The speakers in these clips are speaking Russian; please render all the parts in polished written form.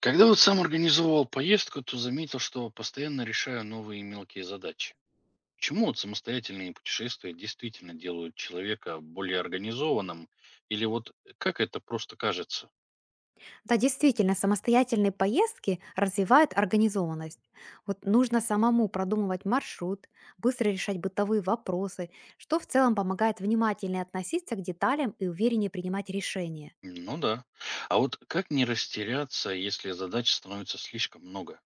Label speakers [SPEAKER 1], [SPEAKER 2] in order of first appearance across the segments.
[SPEAKER 1] Когда вот сам организовал поездку, то заметил, что постоянно решаю новые мелкие задачи. Почему вот самостоятельные путешествия действительно делают человека более организованным? Или вот как это просто кажется?
[SPEAKER 2] Да, действительно, самостоятельные поездки развивают организованность. Вот нужно самому продумывать маршрут, быстро решать бытовые вопросы, что в целом помогает внимательнее относиться к деталям и увереннее принимать решения.
[SPEAKER 1] Ну да. А вот как не растеряться, если задач становится слишком много?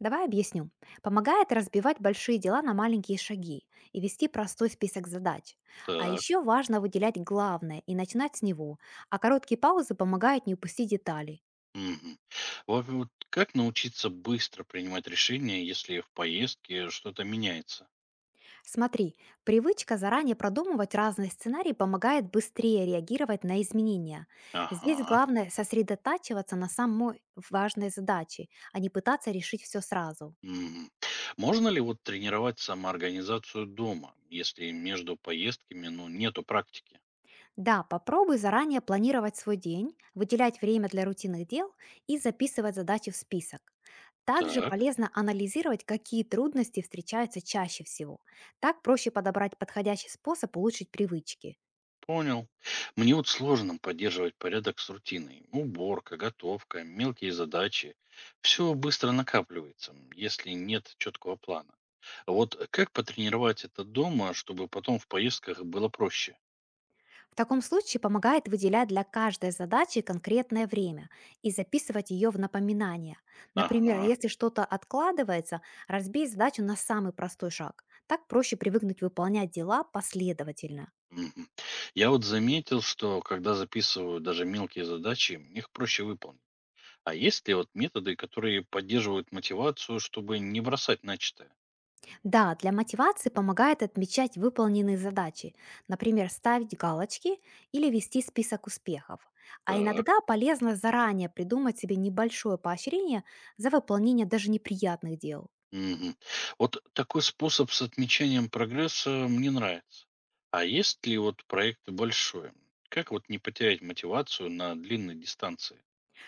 [SPEAKER 2] Давай объясню. Помогает разбивать большие дела на маленькие шаги и вести простой список задач. А
[SPEAKER 1] Так.
[SPEAKER 2] еще важно выделять главное и начинать с него, а короткие паузы помогают не упустить детали.
[SPEAKER 1] Мгм. Вот как научиться быстро принимать решения, если в поездке что-то меняется?
[SPEAKER 2] Смотри, привычка заранее продумывать разные сценарии помогает быстрее реагировать на изменения. Здесь
[SPEAKER 1] Ага.
[SPEAKER 2] главное сосредотачиваться на самой важной задаче, а не пытаться решить все сразу.
[SPEAKER 1] Мгм. Можно ли вот тренировать самоорганизацию дома, если между поездками, ну, нету практики?
[SPEAKER 2] Да, попробуй заранее планировать свой день, выделять время для рутинных дел и записывать задачи в список. Также
[SPEAKER 1] Так,
[SPEAKER 2] полезно анализировать, какие трудности встречаются чаще всего. Так проще подобрать подходящий способ улучшить привычки.
[SPEAKER 1] понял. Мне вот сложно поддерживать порядок с рутиной. Уборка, готовка, мелкие задачи. Все быстро накапливается, если нет четкого плана. А вот как потренировать это дома, чтобы потом в поездках было проще?
[SPEAKER 2] В таком случае помогает выделять для каждой задачи конкретное время и записывать ее в напоминание. Например,
[SPEAKER 1] Ага.
[SPEAKER 2] если что-то откладывается, разбей задачу на самый простой шаг. Так проще привыкнуть выполнять дела последовательно.
[SPEAKER 1] Мгм. Я вот заметил, что когда записываю даже мелкие задачи, их проще выполнить. А есть ли вот методы, которые поддерживают мотивацию, чтобы не бросать начатое?
[SPEAKER 2] Да, для мотивации помогает отмечать выполненные задачи, например, ставить галочки или вести список успехов. А
[SPEAKER 1] Так.
[SPEAKER 2] иногда полезно заранее придумать себе небольшое поощрение за выполнение даже неприятных дел.
[SPEAKER 1] Мгм. Вот такой способ с отмечанием прогресса мне нравится. А есть ли вот проекты большой? Как вот не потерять мотивацию на длинной дистанции?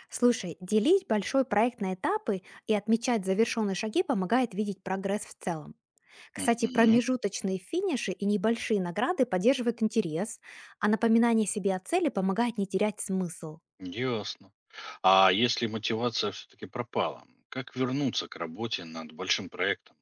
[SPEAKER 2] Слушай, делить большой проект на этапы и отмечать завершенные шаги помогает видеть прогресс в целом. Кстати,
[SPEAKER 1] Мгм.
[SPEAKER 2] промежуточные финиши и небольшие награды поддерживают интерес, а напоминание себе о цели помогает не терять смысл.
[SPEAKER 1] Ясно. А если мотивация все-таки пропала, как вернуться к работе над большим проектом?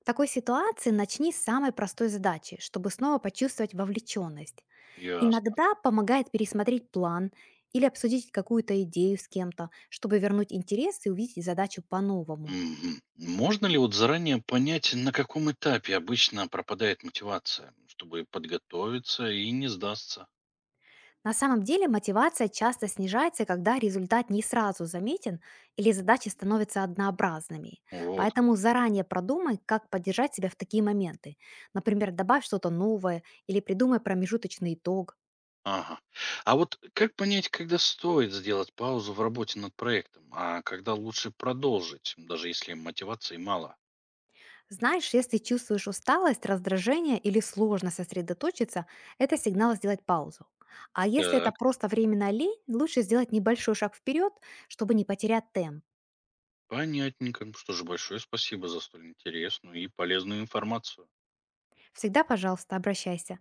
[SPEAKER 2] В такой ситуации начни с самой простой задачи, чтобы снова почувствовать вовлеченность.
[SPEAKER 1] Ясно.
[SPEAKER 2] Иногда помогает пересмотреть план или обсудить какую-то идею с кем-то, чтобы вернуть интерес и увидеть задачу по-новому.
[SPEAKER 1] Мгм. Можно ли вот заранее понять, на каком этапе обычно пропадает мотивация, ну, чтобы подготовиться и не сдастся?
[SPEAKER 2] На самом деле мотивация часто снижается, когда результат не сразу заметен или задачи становятся однообразными.
[SPEAKER 1] Вот как.
[SPEAKER 2] Поэтому заранее продумай, как поддержать себя в такие моменты. Например, добавь что-то новое или придумай промежуточный итог.
[SPEAKER 1] Ага. А вот как понять, когда стоит сделать паузу в работе над проектом, а когда лучше продолжить, даже если мотивации мало?
[SPEAKER 2] Знаешь, если чувствуешь усталость, раздражение или сложно сосредоточиться, это сигнал сделать паузу. А если это
[SPEAKER 1] Так,
[SPEAKER 2] просто временная лень, лучше сделать небольшой шаг вперед, чтобы не потерять темп.
[SPEAKER 1] понятненько. Что же, большое спасибо за столь интересную и полезную информацию.
[SPEAKER 2] Всегда, пожалуйста, обращайся.